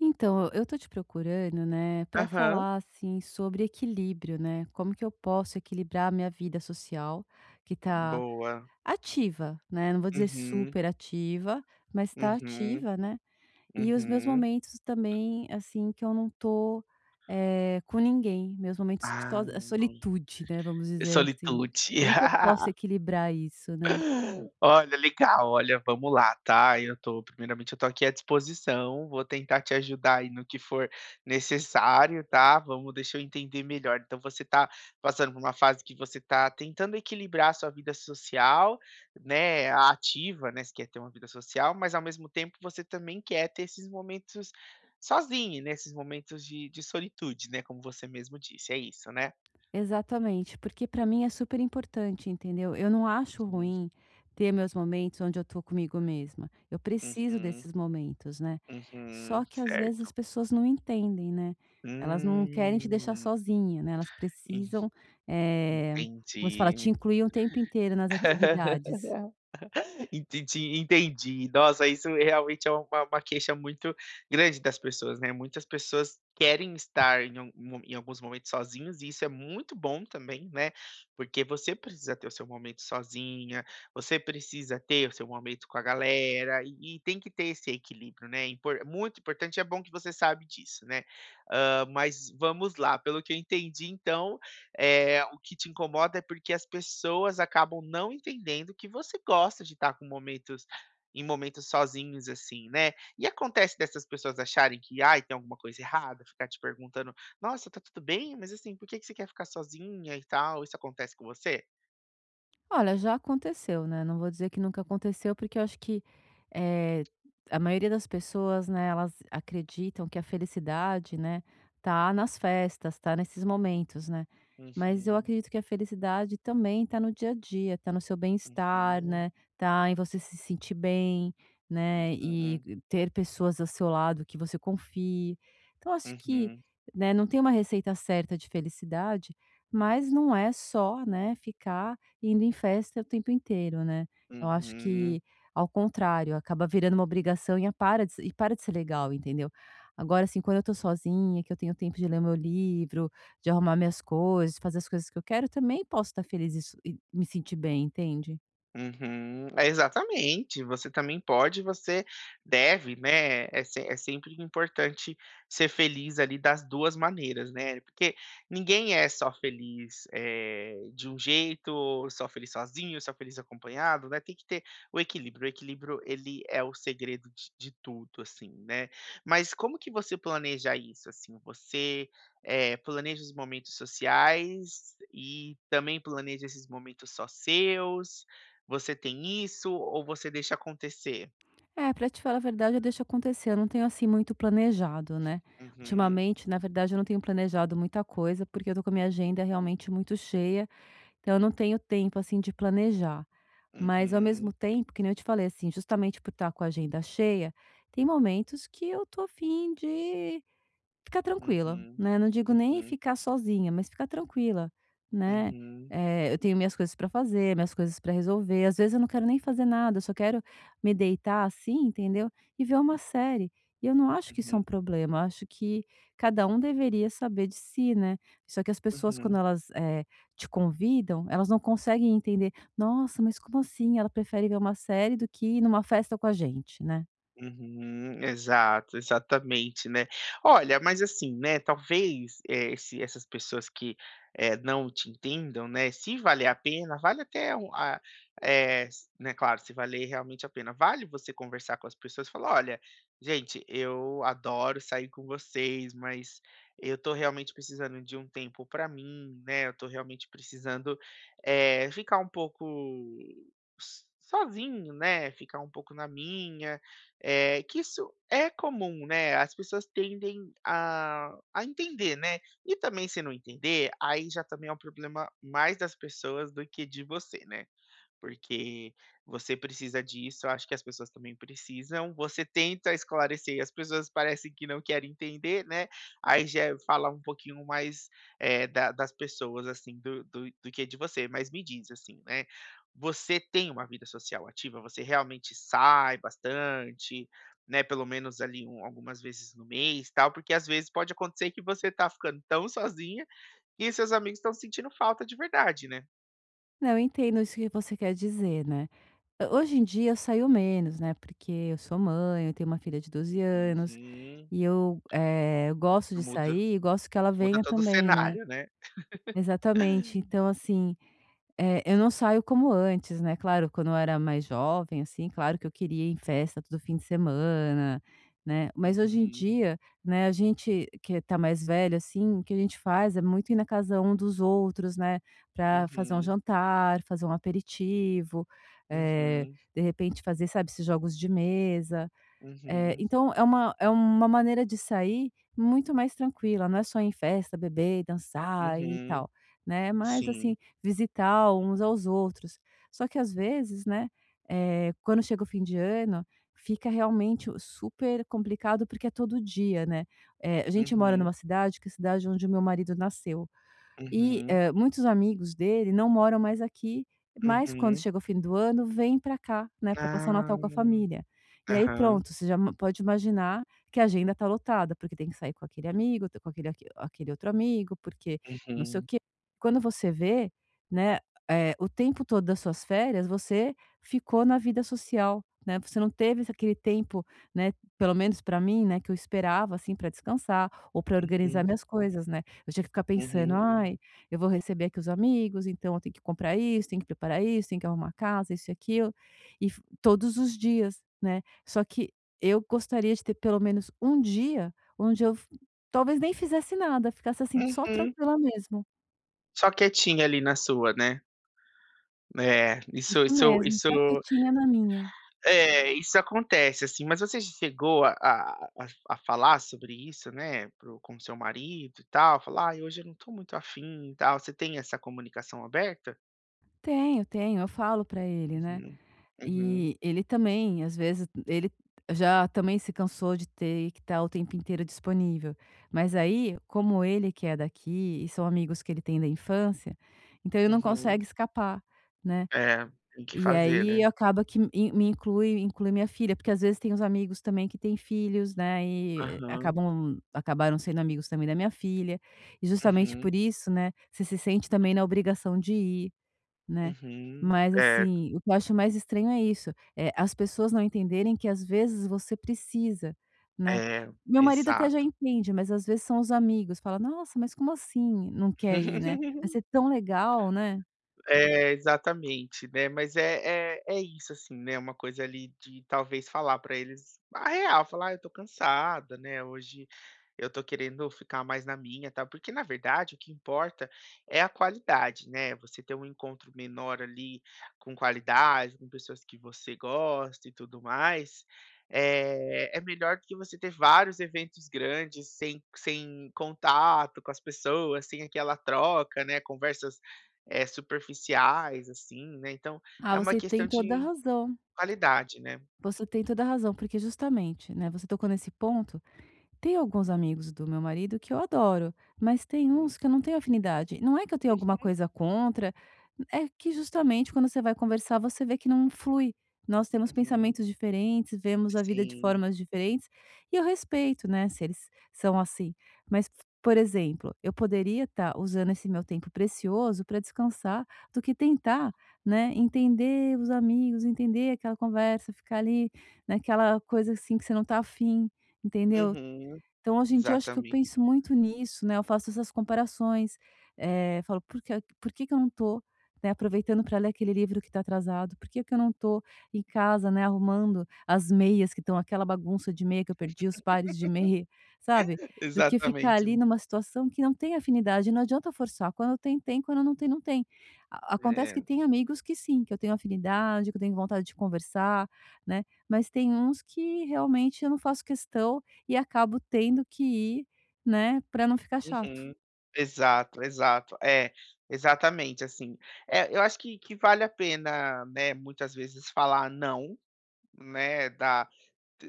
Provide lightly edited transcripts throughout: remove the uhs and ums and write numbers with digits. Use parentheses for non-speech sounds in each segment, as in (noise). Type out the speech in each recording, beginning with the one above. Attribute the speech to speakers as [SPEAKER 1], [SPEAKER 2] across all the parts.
[SPEAKER 1] Então, eu tô te procurando, né, para
[SPEAKER 2] Aham,
[SPEAKER 1] falar assim sobre equilíbrio, né? Como que eu posso equilibrar a minha vida social, que tá
[SPEAKER 2] boa.
[SPEAKER 1] ativa, né? Não vou dizer
[SPEAKER 2] Uhum,
[SPEAKER 1] super ativa, mas tá
[SPEAKER 2] uhum,
[SPEAKER 1] ativa, né? E os meus
[SPEAKER 2] uhum.
[SPEAKER 1] momentos também, assim, que eu não tô com ninguém, meus momentos de
[SPEAKER 2] Ah,
[SPEAKER 1] solitude, né? Vamos dizer assim.
[SPEAKER 2] solitude. (laughs)
[SPEAKER 1] Como que eu posso equilibrar isso, né?
[SPEAKER 2] Olha, legal. Olha, vamos lá, tá? Eu tô aqui à disposição, vou tentar te ajudar aí no que for necessário, tá? Vamos deixa eu entender melhor. Então você tá passando por uma fase que você tá tentando equilibrar a sua vida social, né, a ativa, né, você quer ter uma vida social, mas ao mesmo tempo você também quer ter esses momentos sozinho, né, esses momentos de solitude, né, como você mesmo disse, é isso, né?
[SPEAKER 1] Exatamente, porque para mim é super importante, entendeu? Eu não acho
[SPEAKER 2] Uhum,
[SPEAKER 1] ruim ter meus momentos onde eu tô comigo mesma. Eu preciso
[SPEAKER 2] uhum,
[SPEAKER 1] desses momentos, né?
[SPEAKER 2] uhum,
[SPEAKER 1] Só que às vezes as
[SPEAKER 2] certo.
[SPEAKER 1] pessoas não entendem, né? Elas não querem te deixar
[SPEAKER 2] Hum,
[SPEAKER 1] sozinha, né? Elas precisam, eh, como se fala, te
[SPEAKER 2] entendi.
[SPEAKER 1] incluir o tempo inteiro nas atividades.
[SPEAKER 2] (laughs) Entendi, entendi. Nossa, isso realmente é uma queixa muito grande das pessoas, né. Muitas pessoas querem estar em alguns momentos sozinhos e isso é muito bom também, né, porque você precisa ter o seu momento sozinha, você precisa ter o seu momento com a galera e tem que ter esse equilíbrio, né. É impor É muito importante, é bom que você sabe disso, né. Mas vamos lá. Pelo que eu entendi então, o que te incomoda é porque as pessoas acabam não entendendo que você gosta de estar com momentos em momentos sozinhos, assim, né. E acontece dessas pessoas acharem que, ai, tem alguma coisa errada, ficar te perguntando: "Nossa, tá tudo bem? Mas, assim, por que que você quer ficar sozinha e tal?". Isso acontece com você?
[SPEAKER 1] Olha, já aconteceu, né, não vou dizer que nunca aconteceu, porque eu acho que, eh, a maioria das pessoas, né, elas acreditam que a felicidade, né, tá nas festas, tá nesses momentos, né. Mas eu
[SPEAKER 2] Uhum,
[SPEAKER 1] acredito que a felicidade também tá no dia a dia, tá no seu bem-estar,
[SPEAKER 2] uhum,
[SPEAKER 1] né, tá em você se sentir bem, né, e
[SPEAKER 2] uhum,
[SPEAKER 1] ter pessoas ao seu lado que você confie. Então acho que,
[SPEAKER 2] uhum,
[SPEAKER 1] né, não tem uma receita certa de felicidade, mas não é só, né, ficar indo em festa o tempo inteiro, né. Eu acho
[SPEAKER 2] uhum.
[SPEAKER 1] que, ao contrário, acaba virando uma obrigação e a para de se e para de ser legal, entendeu. Agora, assim, quando eu tô sozinha, que eu tenho tempo de ler meu livro, de arrumar minhas coisas, de fazer as coisas que eu quero, também posso estar feliz e me sentir bem, entende.
[SPEAKER 2] Uhum. É, exatamente, você também pode, você deve, né. é se é sempre importante ser feliz ali das 2 maneiras, né, porque ninguém é só feliz, de um jeito, ou só feliz sozinho, só feliz acompanhado, né, tem que ter o equilíbrio. O equilíbrio ele é o segredo de tudo, assim, né. Mas como que você planeja isso, assim? Você, planeja os momentos sociais e também planeja esses momentos só seus? Você tem isso ou você deixa acontecer?
[SPEAKER 1] É, pra te falar a verdade, eu deixo acontecer, eu não tenho, assim, muito planejado, né.
[SPEAKER 2] Uhum,
[SPEAKER 1] Ultimamente, na verdade, eu não tenho planejado muita coisa, porque eu tô com a minha agenda realmente muito cheia, então eu não tenho tempo, assim, de planejar. Mas ao mesmo
[SPEAKER 2] uhum,
[SPEAKER 1] tempo, que nem eu te falei, assim, justamente por estar com a agenda cheia, tem momentos que eu tô a de ficar tranquila,
[SPEAKER 2] uhum,
[SPEAKER 1] né, não digo nem
[SPEAKER 2] uhum,
[SPEAKER 1] ficar sozinha, mas ficar tranquila, né.
[SPEAKER 2] uhum,
[SPEAKER 1] Eu tenho minhas coisas para fazer, minhas coisas para resolver, às vezes eu não quero nem fazer nada, eu só quero me deitar, assim, entendeu, e ver uma série. E eu não acho
[SPEAKER 2] uhum,
[SPEAKER 1] que isso é
[SPEAKER 2] uhum,
[SPEAKER 1] um problema, eu acho que cada um deveria saber de si, né. Só que as pessoas
[SPEAKER 2] uhum.
[SPEAKER 1] quando elas, te convidam, elas não conseguem entender: "Nossa, mas como assim? Ela prefere ver uma série do que ir numa festa com a gente", né.
[SPEAKER 2] Uhum, exato, exatamente, né. Olha, mas assim, né, talvez, esse essas pessoas que não te entendam, né, se valer a pena, vale até um a eh, s né, claro, se valer realmente a pena, vale você conversar com as pessoas e falar: "Olha, gente, eu adoro sair com vocês, mas eu tô realmente precisando de um tempo para mim, né. Eu tô realmente precisando, ficar um pouco s sozinho, né, ficar um pouco na minha". É, que isso é comum, né, as pessoas tendem a entender, né, e também se não entender, aí já também é um problema mais das pessoas do que de você, né. Porque você precisa disso, eu acho que as pessoas também precisam. Você tenta esclarecer e as pessoas parecem que não querem entender, né. Aí já é falar um pouquinho mais da das pessoas, assim, do que é de você. Mas me diz, assim, né, você tem uma vida social ativa? Você realmente sai bastante, né, pelo menos ali algumas vezes no mês, tal? Porque às vezes pode acontecer que você tá ficando tão sozinha que seus amigos estão sentindo falta de verdade, né.
[SPEAKER 1] Não, eu entendo isso que você quer dizer, né. Ah, hoje em dia eu saio menos, né, porque eu sou mãe, eu tenho uma filha de 12 anos
[SPEAKER 2] Uhum.
[SPEAKER 1] e eu, gosto de
[SPEAKER 2] Muda
[SPEAKER 1] sair e gosto que ela
[SPEAKER 2] Muda
[SPEAKER 1] venha
[SPEAKER 2] todo o
[SPEAKER 1] também, né.
[SPEAKER 2] cenário, né.
[SPEAKER 1] Exatamente.
[SPEAKER 2] (laughs)
[SPEAKER 1] Então, assim, é, eu não saio como antes, né, claro, quando eu era mais jovem, assim, claro que eu queria ir em festa todo fim de semana, né, mas hoje em
[SPEAKER 2] Uhum,
[SPEAKER 1] dia, né, a gente que tá mais velho, assim, o que a gente faz é muito ir na casa um dos outros, né, pra fazer um
[SPEAKER 2] uhum,
[SPEAKER 1] jantar, fazer um aperitivo, eh,
[SPEAKER 2] uhum,
[SPEAKER 1] de repente fazer, sabe, esses jogos de mesa.
[SPEAKER 2] uhum,
[SPEAKER 1] Então é uma maneira de sair muito mais tranquila, não é só em festa, beber, dançar e
[SPEAKER 2] uhum.
[SPEAKER 1] tal, né, mas
[SPEAKER 2] Sim.
[SPEAKER 1] assim, visitar uns aos outros. Só que às vezes, né, quando chega o fim de ano, fica realmente o super complicado, porque é todo dia, né. A gente mora
[SPEAKER 2] Uhum,
[SPEAKER 1] numa cidade que é a cidade onde o meu marido nasceu. E,
[SPEAKER 2] uhum,
[SPEAKER 1] muitos amigos dele não moram mais aqui, mas quando
[SPEAKER 2] uhum.
[SPEAKER 1] chega o fim do ano, vem para cá, né, para passar o
[SPEAKER 2] Ah.
[SPEAKER 1] Natal com a família. E aí
[SPEAKER 2] Aham.
[SPEAKER 1] pronto, você já ma pode imaginar que a agenda tá lotada, porque tem que sair com aquele amigo, com aquele outro amigo, porque não sei o
[SPEAKER 2] Uhum,
[SPEAKER 1] quê. Quando você vê, né, o tempo todo das suas férias, você ficou na vida social, né, você não teve esse aquele tempo, né, pelo menos para mim, né, que eu esperava, assim, para descansar ou para organizar
[SPEAKER 2] uhum,
[SPEAKER 1] minhas coisas, né. Eu tinha que ficar pensando:
[SPEAKER 2] uhum,
[SPEAKER 1] "Ai, eu vou receber aqui os amigos, então eu tenho que comprar isso, tenho que preparar isso, tenho que arrumar a casa, isso e aquilo, e f todos os dias, né. Só que eu gostaria de ter pelo menos um dia onde eu f talvez nem fizesse nada, ficasse assim só
[SPEAKER 2] uhum.
[SPEAKER 1] tranquila mesmo.
[SPEAKER 2] Só quietinha ali na sua, né. É, isso
[SPEAKER 1] Isso
[SPEAKER 2] isso
[SPEAKER 1] mesmo,
[SPEAKER 2] isso
[SPEAKER 1] só quietinha na minha.
[SPEAKER 2] é, isso acontece, assim. Mas você chegou a falar sobre isso, né, Pro com seu marido e tal? Falar: "Ai, hoje eu não estou muito afim e tal". Você tem essa comunicação aberta?
[SPEAKER 1] Tenho, tenho, eu falo pra ele, né.
[SPEAKER 2] Uhum, uhum,
[SPEAKER 1] E ele também, às vezes, ele já também se cansou de ter que estar o tempo inteiro disponível. Mas aí, como ele que é daqui e são amigos que ele tem da infância, então ele não
[SPEAKER 2] uhum.
[SPEAKER 1] consegue escapar, né.
[SPEAKER 2] É, tem que
[SPEAKER 1] E
[SPEAKER 2] fazer,
[SPEAKER 1] aí
[SPEAKER 2] né.
[SPEAKER 1] acaba que me inclui minha filha, porque às vezes tem os amigos também que têm filhos, né, e
[SPEAKER 2] Aham,
[SPEAKER 1] acabam acabaram sendo amigos também da minha filha, e justamente
[SPEAKER 2] uhum,
[SPEAKER 1] por isso, né, você se sente também na obrigação de ir. Né.
[SPEAKER 2] uhum.
[SPEAKER 1] Mas
[SPEAKER 2] É,
[SPEAKER 1] assim, o que eu acho mais estranho é isso, é as pessoas não entenderem que às vezes você precisa, né.
[SPEAKER 2] é,
[SPEAKER 1] Meu marido até já
[SPEAKER 2] exato.
[SPEAKER 1] entende, mas às vezes são os amigos, fala: "Nossa, mas como assim não quer ir, né? Vai
[SPEAKER 2] (laughs)
[SPEAKER 1] ser tão legal, né".
[SPEAKER 2] É, exatamente, né, mas é isso, assim, né, uma coisa ali de talvez falar para eles a real, falar: "Ah, eu tô cansada, né, hoje eu tô querendo ficar mais na minha, tá porque na verdade o que importa é a qualidade, né, você ter um encontro menor ali com qualidade, com pessoas que você gosta e tudo mais, é melhor do que você ter vários eventos grandes sem contato com as pessoas, sem aquela troca, né, conversas superficiais, assim, né, então
[SPEAKER 1] Ah,
[SPEAKER 2] é uma
[SPEAKER 1] você
[SPEAKER 2] questão
[SPEAKER 1] tem toda a
[SPEAKER 2] de
[SPEAKER 1] razão,
[SPEAKER 2] qualidade, né.
[SPEAKER 1] você tem toda a razão, porque justamente, né, você tocou nesse ponto. Tem alguns amigos do meu marido que eu adoro, mas tem
[SPEAKER 2] Hum,
[SPEAKER 1] uns que eu não tenho afinidade. Não é que eu tenho alguma coisa contra, é que justamente quando você vai conversar, você vê que não flui. Nós temos
[SPEAKER 2] uhum,
[SPEAKER 1] pensamentos diferentes, vemos a vida de
[SPEAKER 2] sim,
[SPEAKER 1] formas diferentes, e eu respeito, né, se eles são assim. Mas, por exemplo, eu poderia estar usando esse meu tempo precioso para descansar do que tentar, né, entender os amigos, entender aquela conversa, ficar ali naquela coisa assim que você não tá afim, entendeu?
[SPEAKER 2] uhum,
[SPEAKER 1] Então, hoje em dia, eu acho que eu
[SPEAKER 2] exatamente,
[SPEAKER 1] penso muito nisso, né, eu faço essas comparações, falo: "Por que que eu não tô, né, aproveitando para ler aquele livro que está atrasado? Por que que eu não tô em casa, né, arrumando as meias que estão aquela bagunça de meia que eu perdi, os pares de meia", sabe,
[SPEAKER 2] (laughs)
[SPEAKER 1] do que ficar
[SPEAKER 2] exatamente,
[SPEAKER 1] ali numa situação que não tem afinidade, não adianta forçar, quando tem, tem, quando não tem, não tem. A Acontece que
[SPEAKER 2] é,
[SPEAKER 1] tem amigos que sim, que eu tenho afinidade, que eu tenho vontade de conversar, né, mas tem uns que realmente eu não faço questão e acabo tendo que ir, né, para não ficar chato.
[SPEAKER 2] uhum, exato, exato, é, exatamente, assim, é eu acho que vale a pena, né, muitas vezes falar não, né, da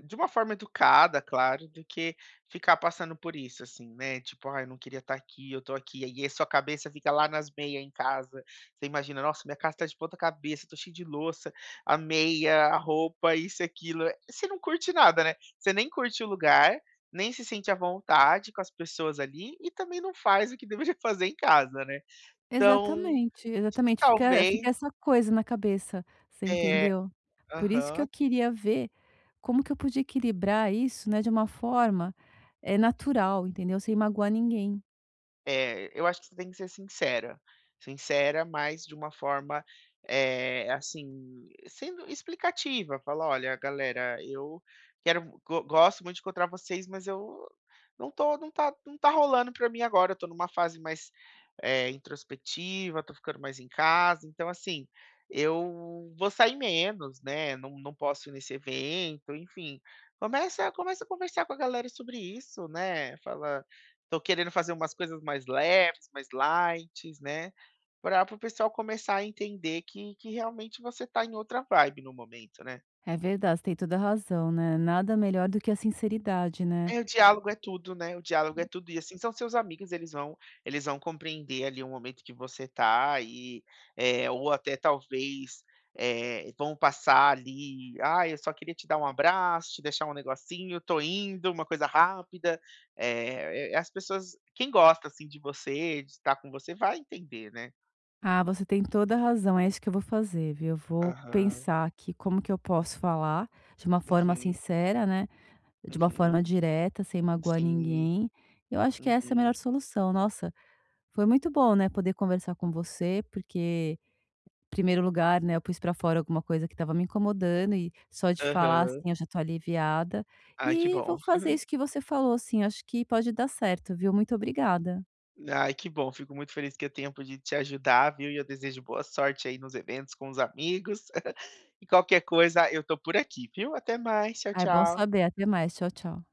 [SPEAKER 2] de uma forma educada, claro, do que ficar passando por isso, assim, né, tipo: ah, eu não queria estar aqui, eu tô aqui". E aí sua cabeça fica lá nas meias em casa, você imagina: "Nossa, minha casa tá de ponta cabeça, tô cheio de louça, a meia, a roupa, isso e aquilo", você não curte nada, né, você nem curte o lugar, nem se sente à vontade com as pessoas ali e também não faz o que (laughs) deveria fazer em casa, né. Então,
[SPEAKER 1] Exatamente,
[SPEAKER 2] acho que
[SPEAKER 1] exatamente, fica
[SPEAKER 2] talvez
[SPEAKER 1] fica essa coisa na cabeça, você
[SPEAKER 2] é,
[SPEAKER 1] entendeu? Por isso que
[SPEAKER 2] aham.
[SPEAKER 1] eu queria ver como que eu podia equilibrar isso, né, de uma forma, é natural, entendeu? Sem magoar ninguém.
[SPEAKER 2] É, eu acho que você tem que ser sincera. Sincera, mas de uma forma, assim, sendo explicativa. Falar: "Olha, galera, eu quero go gosto muito de encontrar vocês, mas eu não tá rolando pra mim agora. Eu tô numa fase mais, introspectiva, tô ficando mais em casa. Então, assim, eu vou sair menos, né, não posso ir nesse evento", enfim. Começa a conversar com a galera sobre isso, né. Fala: "Tô querendo fazer umas coisas mais leves, mais lights, né, para o pessoal começar a entender que realmente você tá em outra vibe no momento", né.
[SPEAKER 1] É verdade, você tem toda a razão, né, nada melhor do que a sinceridade, né.
[SPEAKER 2] É, o diálogo é tudo, né, o diálogo é tudo e, assim, são seus amigos, eles vão compreender ali o momento que você tá e, ou até talvez, vão passar ali: "Ah, eu só queria te dar um abraço, te deixar um negocinho, tô indo", uma coisa rápida. É, as pessoas, quem gosta, assim, de você, de estar com você, vai entender, né.
[SPEAKER 1] Ah, você tem toda a razão, é isso que eu vou fazer, viu. Eu vou
[SPEAKER 2] Aham.
[SPEAKER 1] pensar aqui como que eu posso falar de uma forma
[SPEAKER 2] Uhum,
[SPEAKER 1] sincera, né, de uma forma
[SPEAKER 2] uhum.
[SPEAKER 1] direta, sem magoar
[SPEAKER 2] Sim.
[SPEAKER 1] ninguém. Eu acho que essa é a
[SPEAKER 2] Uhum.
[SPEAKER 1] melhor solução. Nossa, foi muito bom, né, poder conversar com você, porque, em primeiro lugar, né, eu pus pra fora alguma coisa que estava me incomodando e só de falar, assim,
[SPEAKER 2] Aham.
[SPEAKER 1] eu já tô aliviada.
[SPEAKER 2] Ai, que
[SPEAKER 1] E vou
[SPEAKER 2] bom.
[SPEAKER 1] fazer
[SPEAKER 2] (laughs)
[SPEAKER 1] isso que você falou, assim, acho que pode dar certo, viu. Muito obrigada.
[SPEAKER 2] Ai, que bom, fico muito feliz que é tempo de te ajudar, viu, e eu desejo boa sorte aí nos eventos com os amigos. (laughs) E qualquer coisa eu tô por aqui, viu. Até mais, tchau,
[SPEAKER 1] Ah, é bom
[SPEAKER 2] tchau.
[SPEAKER 1] saber. Até mais. Tchau, tchau.